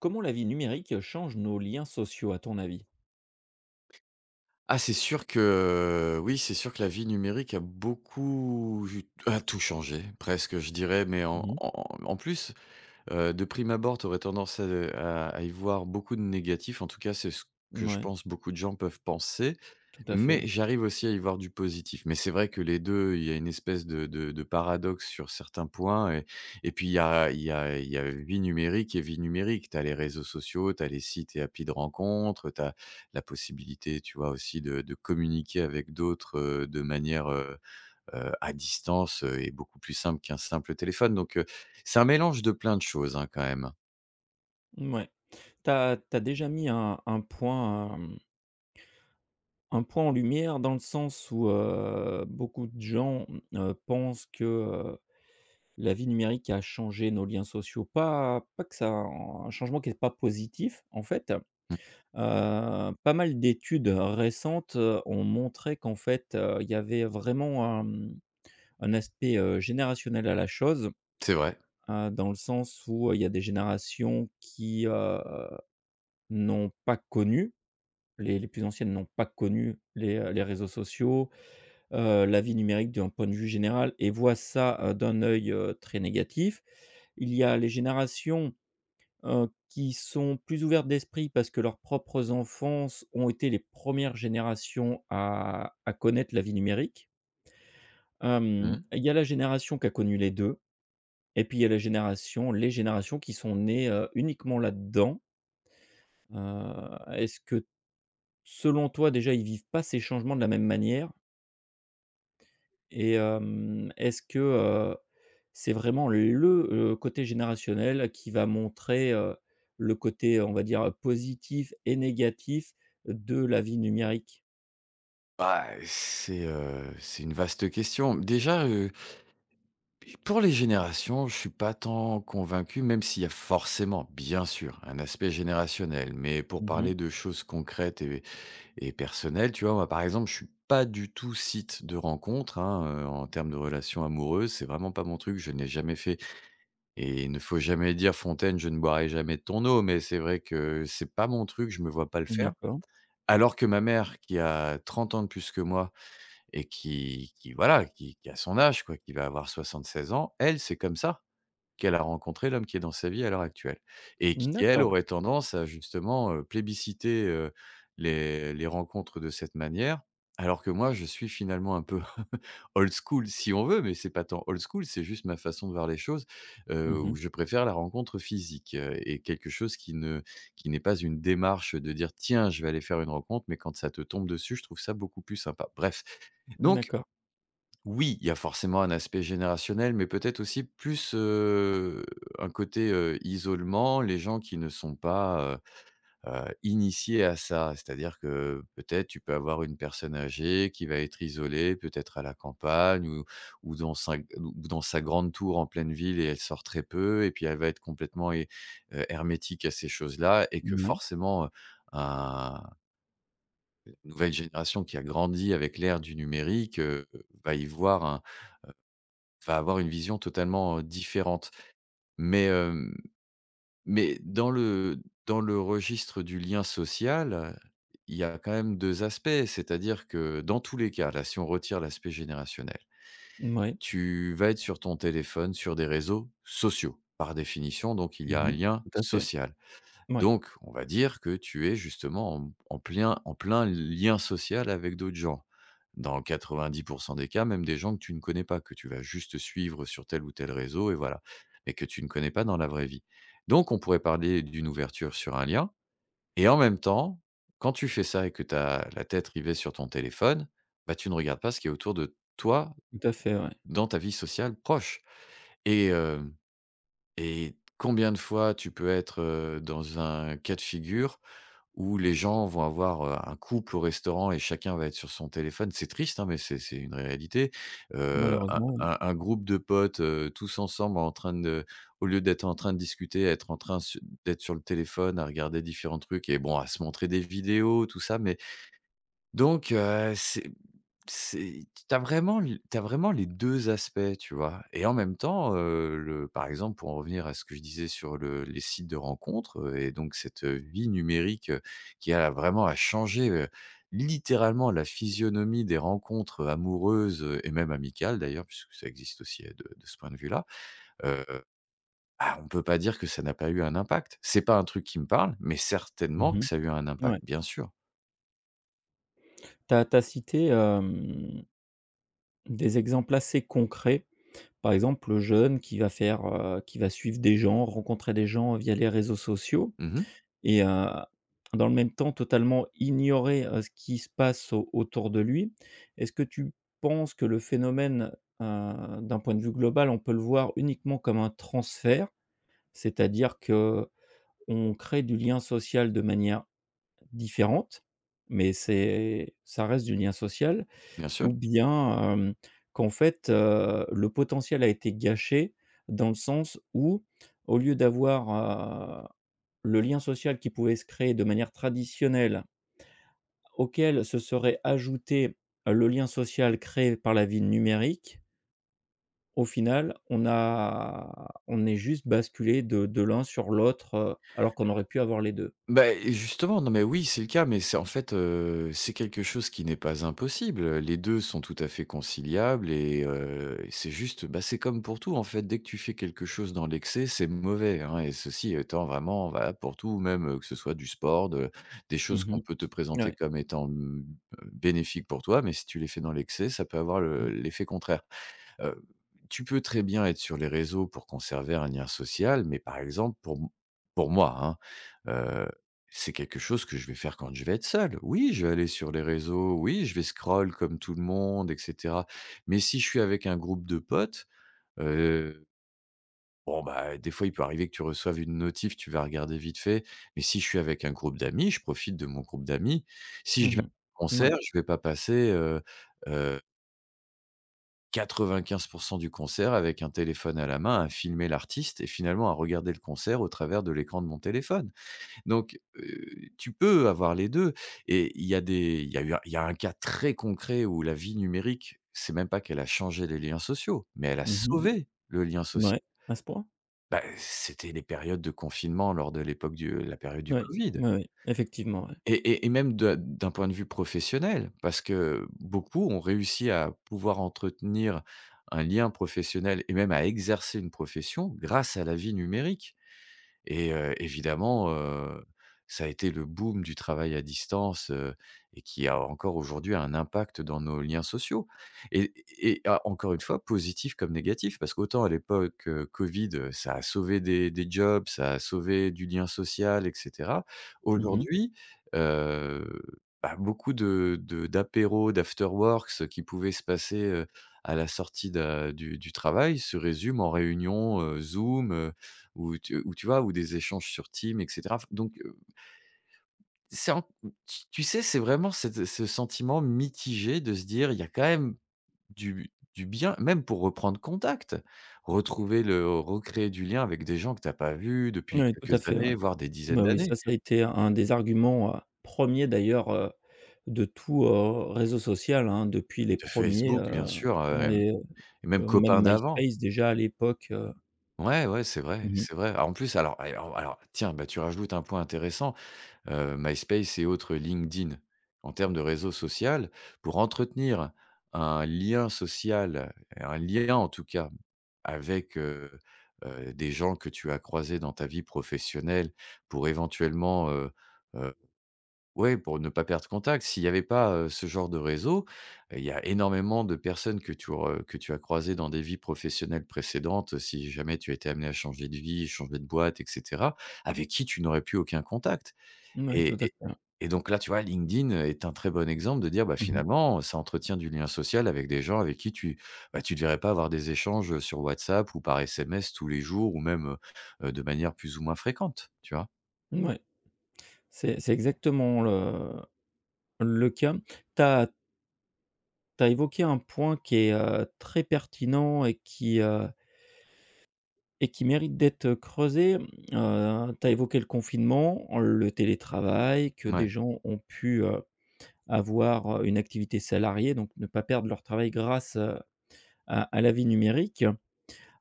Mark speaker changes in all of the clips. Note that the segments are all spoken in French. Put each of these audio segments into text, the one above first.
Speaker 1: Comment la vie numérique change nos liens sociaux à ton avis?
Speaker 2: Ah, c'est sûr que, oui, c'est sûr que la vie numérique a beaucoup ju a tout changé presque, je dirais, mais en
Speaker 1: Mmh mh.
Speaker 2: plus, de prime abord, tu aurais tendance à y voir beaucoup de négatifs. En tout cas, c'est ce que je pense beaucoup de gens peuvent penser.
Speaker 1: Tout à fait, ouais.
Speaker 2: Mais j'arrive aussi à y voir du positif. Mais c'est vrai que les 2, il y a une espèce de paradoxe sur certains points et puis il y a vie numérique et vie numérique. Tu as les réseaux sociaux, tu as les sites et applis de rencontres, tu as la possibilité, tu vois, aussi de communiquer avec d'autres, de manière, à distance, et beaucoup plus simple qu'un simple téléphone. Donc, c'est un mélange de plein de choses, hein, quand même.
Speaker 1: Mouais. T'as as déjà mis un point, un point en lumière dans le sens où, beaucoup de gens, pensent que, la vie numérique a changé nos liens sociaux. Pas que ça un changement qui est pas positif en fait.
Speaker 2: Mmh.
Speaker 1: Pas mal d'études récentes, ont montré qu'en fait, il y avait vraiment un aspect, générationnel à la chose.
Speaker 2: C'est vrai.
Speaker 1: Dans le sens où, il y a des générations qui, n'ont pas connu, les plus anciennes n'ont pas connu les réseaux sociaux, la vie numérique d'un point de vue général et voient ça, d'un œil, très négatif. Il y a les générations, qui sont plus ouvertes d'esprit parce que leurs propres enfants ont été les premières générations à connaître la vie numérique.
Speaker 2: Mmh.
Speaker 1: Il y a la génération qui a connu les 2. Et puis il y a la génération les générations qui sont nées, uniquement là-dedans. Est-ce que selon toi déjà ils vivent pas ces changements de la même manière? Est-ce que, c'est vraiment le côté générationnel qui va montrer, le côté, on va dire, positif et négatif de la vie numérique?
Speaker 2: Bah, c'est une vaste question. Déjà, puis pour les générations, je suis pas tant convaincu, même s'il y a forcément, bien sûr, un aspect générationnel. Mais pour
Speaker 1: Mmh.
Speaker 2: parler de choses concrètes et personnelles, tu vois, moi, par exemple, je suis pas du tout site de rencontre hein, en termes de relations amoureuses. C'est vraiment pas mon truc. Je n'ai jamais fait. Et il ne faut jamais dire Fontaine, je ne boirai jamais de ton eau. Mais c'est vrai que c'est pas mon truc. Je me vois pas le faire.
Speaker 1: D'accord.
Speaker 2: Alors que ma mère, qui a 30 ans de plus que moi et qui voilà, qui a son âge, quoi, qui va avoir 76 ans, elle, c'est comme ça qu'elle a rencontré l'homme qui est dans sa vie à l'heure actuelle et qui, elle,
Speaker 1: D'accord.
Speaker 2: aurait tendance à justement, plébisciter, les rencontres de cette manière. Alors que moi, je suis finalement un peu old school si on veut, mais c'est pas tant old school, c'est juste ma façon de voir les choses, où
Speaker 1: Mmh.
Speaker 2: je préfère la rencontre physique, et quelque chose qui n'est pas une démarche de dire: «Tiens, je vais aller faire une rencontre», mais quand ça te tombe dessus, je trouve ça beaucoup plus sympa. Bref, donc
Speaker 1: D'accord.
Speaker 2: oui, il y a forcément un aspect générationnel, mais peut-être aussi plus, un côté, isolement, les gens qui ne sont pas, initiés à ça. C'est-à-dire que, peut-être, tu peux avoir une personne âgée qui va être isolée, peut-être à la campagne ou dans sa grande tour en pleine ville et elle sort très peu et puis elle va être complètement hé hermétique à ces choses-là et que
Speaker 1: Mouais.
Speaker 2: forcément, un une nouvelle génération qui a grandi avec l'ère du numérique, va y voir va avoir une vision totalement, différente. Mais, hem, mais dans le registre du lien social, il y a quand même 2 aspects. C'est-à-dire que dans tous les cas, là, si on retire l'aspect générationnel,
Speaker 1: Mouais.
Speaker 2: tu vas être sur ton téléphone, sur des réseaux sociaux, par définition, donc il y a un
Speaker 1: Mmh.
Speaker 2: lien
Speaker 1: Tout à fait.
Speaker 2: social.
Speaker 1: Ouais.
Speaker 2: Donc, on va dire que tu es justement en, en plein lien social avec d'autres gens. Dans 90% des cas, même des gens que tu ne connais pas, que tu vas juste suivre sur tel ou tel réseau, et voilà. Mais que tu ne connais pas dans la vraie vie. Donc, on pourrait parler d'une ouverture sur un lien. Et en même temps, quand tu fais ça et que tu as la tête rivée sur ton téléphone, bah, tu ne regardes pas ce qui est autour de toi
Speaker 1: Tout à fait, ouais.
Speaker 2: dans ta vie sociale proche. Et, euh, et combien de fois tu peux être dans un cas de figure où les gens vont avoir, un couple au restaurant et chacun va être sur son téléphone. C'est triste, hein, mais c'est une réalité. Un
Speaker 1: Malheureusement, oui.
Speaker 2: groupe de potes, tous ensemble en train de au lieu d'être en train de discuter, être en train su d'être sur le téléphone à regarder différents trucs et bon, à se montrer des vidéos, tout ça, mais donc, c'est tu vraiment l tu vraiment les 2 aspects, tu vois? Et en même temps, le par exemple, pour en revenir à ce que je disais sur le les sites de rencontres, et donc cette, vie numérique, qui a vraiment à changer, littéralement la physionomie des rencontres, amoureuses, et même amicales d'ailleurs, puisque ça existe aussi, de ce point de vue-là, heu, bah, on peut pas dire que ça n'a pas eu un impact. C'est pas un truc qui me parle, mais certainement que
Speaker 1: Mmh.
Speaker 2: ça a eu un impact,
Speaker 1: Ouais.
Speaker 2: bien sûr.
Speaker 1: Tu as cité, des exemples assez concrets. Par exemple, le jeune qui va suivre des gens, rencontrer des gens via les réseaux sociaux
Speaker 2: Mmh
Speaker 1: et dans le même temps totalement ignorer, ce qui se passe au autour de lui. Est-ce que tu penses que le phénomène, d'un point de vue global, on peut le voir uniquement comme un transfert? C'est-à-dire que on crée du lien social de manière différente, mais c'est ça reste du lien social.
Speaker 2: bien sûr.
Speaker 1: Ou bien, qu'en fait, le potentiel a été gâché dans le sens où, au lieu d'avoir, heu, le lien social qui pouvait se créer de manière traditionnelle, auquel se serait ajouté le lien social créé par la vie numérique, au final, on est juste basculé de l'un sur l'autre, alors qu'on aurait pu avoir les 2.
Speaker 2: Bah, justement, non mais oui, c'est le cas, mais c'est, quelque chose qui n'est pas impossible, les 2 sont tout à fait conciliables et c'est juste, bah, c'est comme pour tout en fait, dès que tu fais quelque chose dans l'excès, c'est mauvais, hein et ceci étant vraiment valable pour tout, même, que ce soit du sport, de des
Speaker 1: Mmh
Speaker 2: choses qu'on
Speaker 1: mh.
Speaker 2: peut te présenter
Speaker 1: Ouais.
Speaker 2: comme étant, bénéfiques pour toi, mais si tu les fais dans l'excès, ça peut avoir
Speaker 1: Mhm.
Speaker 2: le
Speaker 1: Ouais.
Speaker 2: l'effet contraire. Heu, Tu peux très bien être sur les réseaux pour conserver un lien social, mais par exemple pour moi, hein, heu, c'est quelque chose que je vais faire quand je vais être seul. Oui, je vais aller sur les réseaux, oui, je vais scroll comme tout le monde et cetera. Mais si je suis avec un groupe de potes, heu, bon, bah, des fois, il peut arriver que tu reçoives une notif, tu vas regarder vite fait. Mais si je suis avec un groupe d'amis, je profite de mon groupe d'amis. Si je
Speaker 1: Mmh
Speaker 2: vais à
Speaker 1: mh.
Speaker 2: un concert, je vais pas passer 95 du concert avec un téléphone à la main, à filmer l'artiste et finalement à regarder le concert au travers de l'écran de mon téléphone. Donc, tu peux avoir les 2 et il y a des il y a eu un il y a un cas très concret où la vie numérique, c'est même pas qu'elle a changé les liens sociaux, mais elle a Mmh.
Speaker 1: Mmh.
Speaker 2: sauvé le lien social.
Speaker 1: À ce point?
Speaker 2: Bah, c'était les périodes de confinement lors de l'époque du la période
Speaker 1: Oui.
Speaker 2: du
Speaker 1: Ouais.
Speaker 2: covid.
Speaker 1: Ouais, ouais. Effectivement, ouais.
Speaker 2: Et même de d'un point de vue professionnel, parce que beaucoup ont réussi à pouvoir entretenir un lien professionnel et même à exercer une profession grâce à la vie numérique. Évidemment, ça a été le boom du travail à distance, et qui a encore aujourd'hui un impact dans nos liens sociaux et a encore une fois, positif comme négatif, parce qu'autant à l'époque, covid, ça a sauvé des jobs, ça a sauvé du lien social et cetera.
Speaker 1: Mmh.
Speaker 2: Aujourd'hui, heu, bah, beaucoup de d'apéros, d'afterworks qui pouvaient se passer, à la sortie d'un du travail se résument en réunions, Zoom, ou tu vois? Ou des échanges sur Teams et cetera. Enfin donc, c'est en tu tu sais, c'est vraiment cette ce sentiment mitigé de se dire: «Il y a quand même du bien», même pour reprendre contact, retrouver le recréer du lien avec des gens que t'as pas vus depuis
Speaker 1: Ouais, tout à
Speaker 2: quelques
Speaker 1: fait, ouais.
Speaker 2: années, voire des dizaines
Speaker 1: Bah, oui, ça,
Speaker 2: d'années.
Speaker 1: ça a été un des arguments, un d'ailleurs, de tout, réseau social, hein, depuis les
Speaker 2: De
Speaker 1: premiers,
Speaker 2: Facebook, bien sûr,
Speaker 1: ouais,
Speaker 2: et même
Speaker 1: même
Speaker 2: copains d'avant.
Speaker 1: MySpace déjà à l'époque.
Speaker 2: Ouais, ouais, c'est vrai,
Speaker 1: Mmh mh.
Speaker 2: c'est vrai. Ah, en plus, alors tiens, bah, tu rajoutes un point intéressant. MySpace et autres LinkedIn en termes de réseau social pour entretenir un lien social, un lien en tout cas avec, des gens que tu as croisés dans ta vie professionnelle pour éventuellement, heu, ouais, pour ne pas perdre contact. S'il n'y avait pas, ce genre de réseau, il y a énormément de personnes que tu re que tu as croisées dans des vies professionnelles précédentes, si jamais tu étais amené à changer de vie, changer de boîte et cetera, avec qui tu n'aurais plus aucun contact.
Speaker 1: Tout
Speaker 2: Et
Speaker 1: à
Speaker 2: et
Speaker 1: fait, ouais.
Speaker 2: et donc là, tu vois, LinkedIn, est un très bon exemple de dire, bah,
Speaker 1: Mmh mh.
Speaker 2: finalement, ça entretient du lien social avec des gens avec qui tu, bah, tu te verrais pas avoir des échanges, sur WhatsApp ou par SMS tous les jours ou même, de manière plus ou moins fréquente, tu vois?
Speaker 1: Ouais, c'est exactement le cas. Tu as évoqué un point qui est, très pertinent et qui mérite d'être creusé. Tu as évoqué le confinement, le télétravail, que des
Speaker 2: Ouais,
Speaker 1: gens ont pu, avoir, une activité salariée, donc ne pas perdre leur travail grâce, à la vie numérique.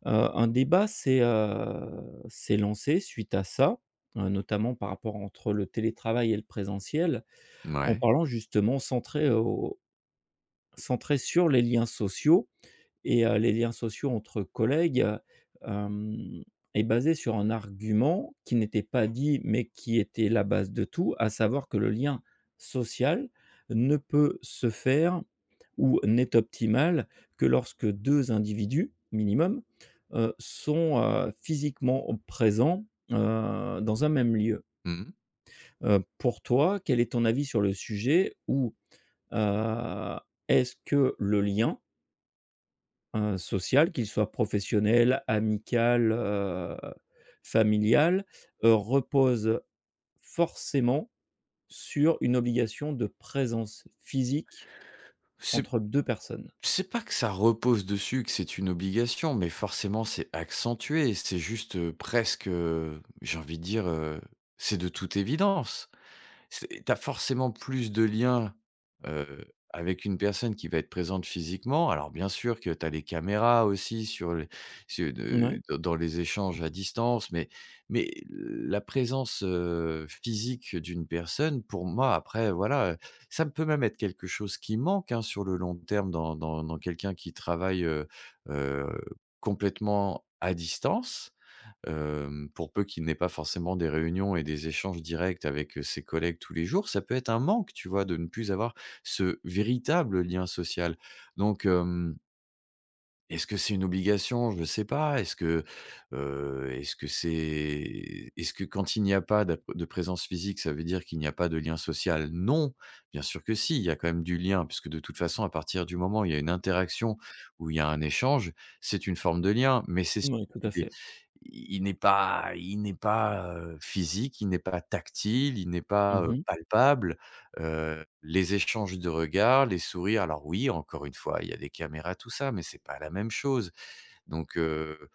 Speaker 1: Un débat s'est lancé suite à ça, notamment par rapport entre le télétravail et le présentiel, en
Speaker 2: ouais.
Speaker 1: parlant justement centré sur les liens sociaux et les liens sociaux entre collègues, hem, est basé sur un argument qui n'était pas dit, mais qui était la base de tout, à savoir que le lien social ne peut se faire ou n'est optimal que lorsque 2 individus minimum, sont, physiquement présents, dans un même lieu.
Speaker 2: Mmh
Speaker 1: Pour toi, quel est ton avis sur le sujet? Ou, heu, est-ce que le lien social, qu'il soit professionnel, amical, familial, repose forcément sur une obligation de présence physique
Speaker 2: C'est
Speaker 1: entre 2 personnes.
Speaker 2: c'est pas que ça repose dessus, que c'est une obligation, mais forcément, c'est accentué. C'est juste, presque, j'ai envie de dire, c'est de toute évidence. C'est Tu forcément plus de liens, heu, avec une personne qui va être présente physiquement. Alors bien sûr que tu as les caméras aussi sur les sur
Speaker 1: Mouais,
Speaker 2: de dans dans les échanges à distance, mais la présence, physique d'une personne, pour moi après voilà, ça peut même être quelque chose qui manque, hein, sur le long terme dans quelqu'un qui travaille, heu, complètement à distance. Pour peu qu'il n'ait pas forcément des réunions et des échanges directs avec, ses collègues tous les jours, ça peut être un manque, tu vois? De ne plus avoir ce véritable lien social. Donc est-ce que c'est une obligation? Je ne sais pas. Est-ce que quand il n'y a pas d'ap de présence physique, ça veut dire qu'il n'y a pas de lien social? Non, bien sûr que si, il y a quand même du lien puisque de toute façon à partir du moment où il y a une interaction, où il y a un échange, c'est une forme de lien. Mais c'est sûr
Speaker 1: mouais, tout à
Speaker 2: qu'il est
Speaker 1: fait.
Speaker 2: il n'est pas physique, il n'est pas tactile, il n'est pas,
Speaker 1: Mmh mh.
Speaker 2: palpable. Les échanges de regards, les sourires, alors oui, encore une fois, il y a des caméras, tout ça, mais c'est pas la même chose. Donc,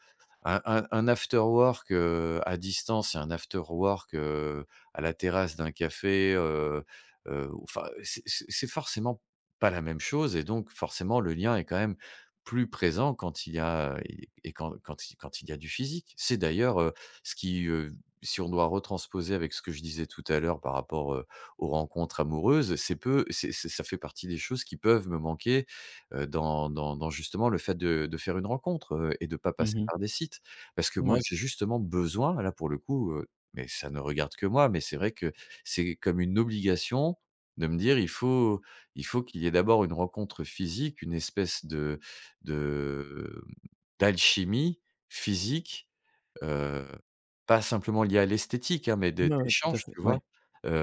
Speaker 2: un after work, à distance et un after work, à la terrasse d'un café, enfin, c'est forcément pas la même chose et donc forcément le lien est quand même plus présent quand il y a quand il y a du physique. C'est d'ailleurs, ce qui, si on doit retransposer avec ce que je disais tout à l'heure par rapport, aux rencontres amoureuses, c'est peu c'est ça fait partie des choses qui peuvent me manquer dans justement le fait de faire une rencontre, et de pas passer
Speaker 1: Mmh.
Speaker 2: par des sites. Parce que moi, j'ai justement besoin, là, pour le coup, mais ça ne regarde que moi, mais c'est vrai que c'est comme une obligation de me dire: il faut qu'il y ait d'abord une rencontre physique, une espèce de de, d'alchimie physique. Heu, Pas simplement liées à l'esthétique, hein, mais
Speaker 1: Ouais, ouais, ouais, tout à
Speaker 2: d'échanges,
Speaker 1: fait.
Speaker 2: tu vois?
Speaker 1: Ouais.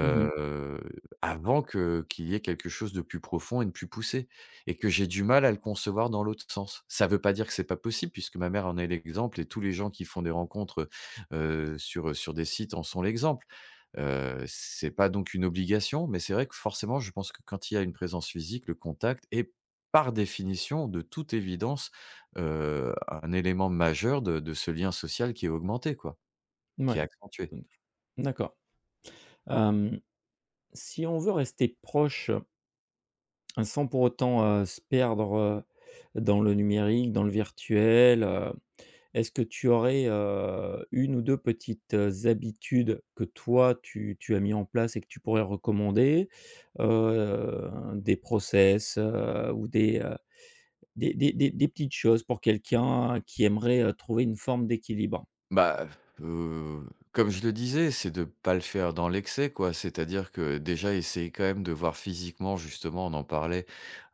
Speaker 1: Mmh mh.
Speaker 2: Avant que qu'il y ait quelque chose de plus profond et de plus poussé et que j'ai du mal à le concevoir dans l'autre sens. Ça veut pas dire que c'est pas possible puisque ma mère en est l'exemple et tous les gens qui font des rencontres, sur, sur des sites en sont l'exemple. C'est pas donc une obligation, mais c'est vrai que forcément, je pense que quand il y a une présence physique, le contact est par définition, de toute évidence, un élément majeur de ce lien social qui est augmenté quoi, qui est accentué.
Speaker 1: Ouais, d'accord. Hem, Si on veut rester proche, hein, sans pour autant, se perdre, dans le numérique, dans le virtuel, est-ce que tu aurais, un ou 2 petites, habitudes que toi tu as mis en place et que tu pourrais recommander? Heu, des process, ou des petites choses pour quelqu'un qui aimerait, trouver une forme d'équilibre?
Speaker 2: Bah, heu, comme je le disais, c'est de pas le faire dans l'excès, quoi. C'est-à-dire que déjà essayer quand même de voir physiquement, justement, on en parlait,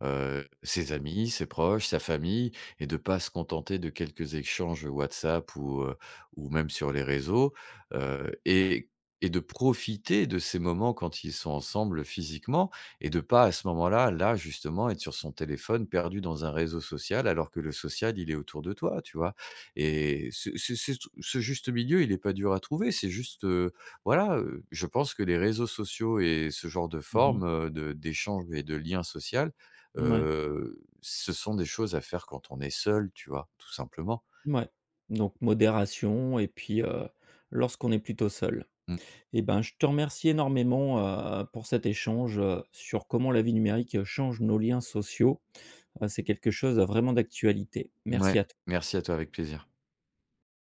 Speaker 2: ses amis, ses proches, sa famille et de pas se contenter de quelques échanges WhatsApp ou même sur les réseaux, et de profiter de ces moments quand ils sont ensemble physiquement et de pas à ce moment-là, là, justement, être sur son téléphone perdu dans un réseau social alors que le social, il est autour de toi, tu vois? Et ce juste milieu, il est pas dur à trouver. C'est juste, voilà, je pense que les réseaux sociaux et ce genre de
Speaker 1: Mmh ouais.
Speaker 2: forme, de d'échange et de lien social,
Speaker 1: Mouais.
Speaker 2: ce sont des choses à faire quand on est seul, tu vois? Tout simplement.
Speaker 1: Donc modération et puis, lorsqu'on est plutôt seul.
Speaker 2: Mmh.
Speaker 1: Eh ben, je te remercie énormément, pour cet échange, sur comment la vie numérique, change nos liens sociaux. C'est quelque chose, vraiment d'actualité. Merci
Speaker 2: Mouais.
Speaker 1: à
Speaker 2: Merci à toi, avec plaisir.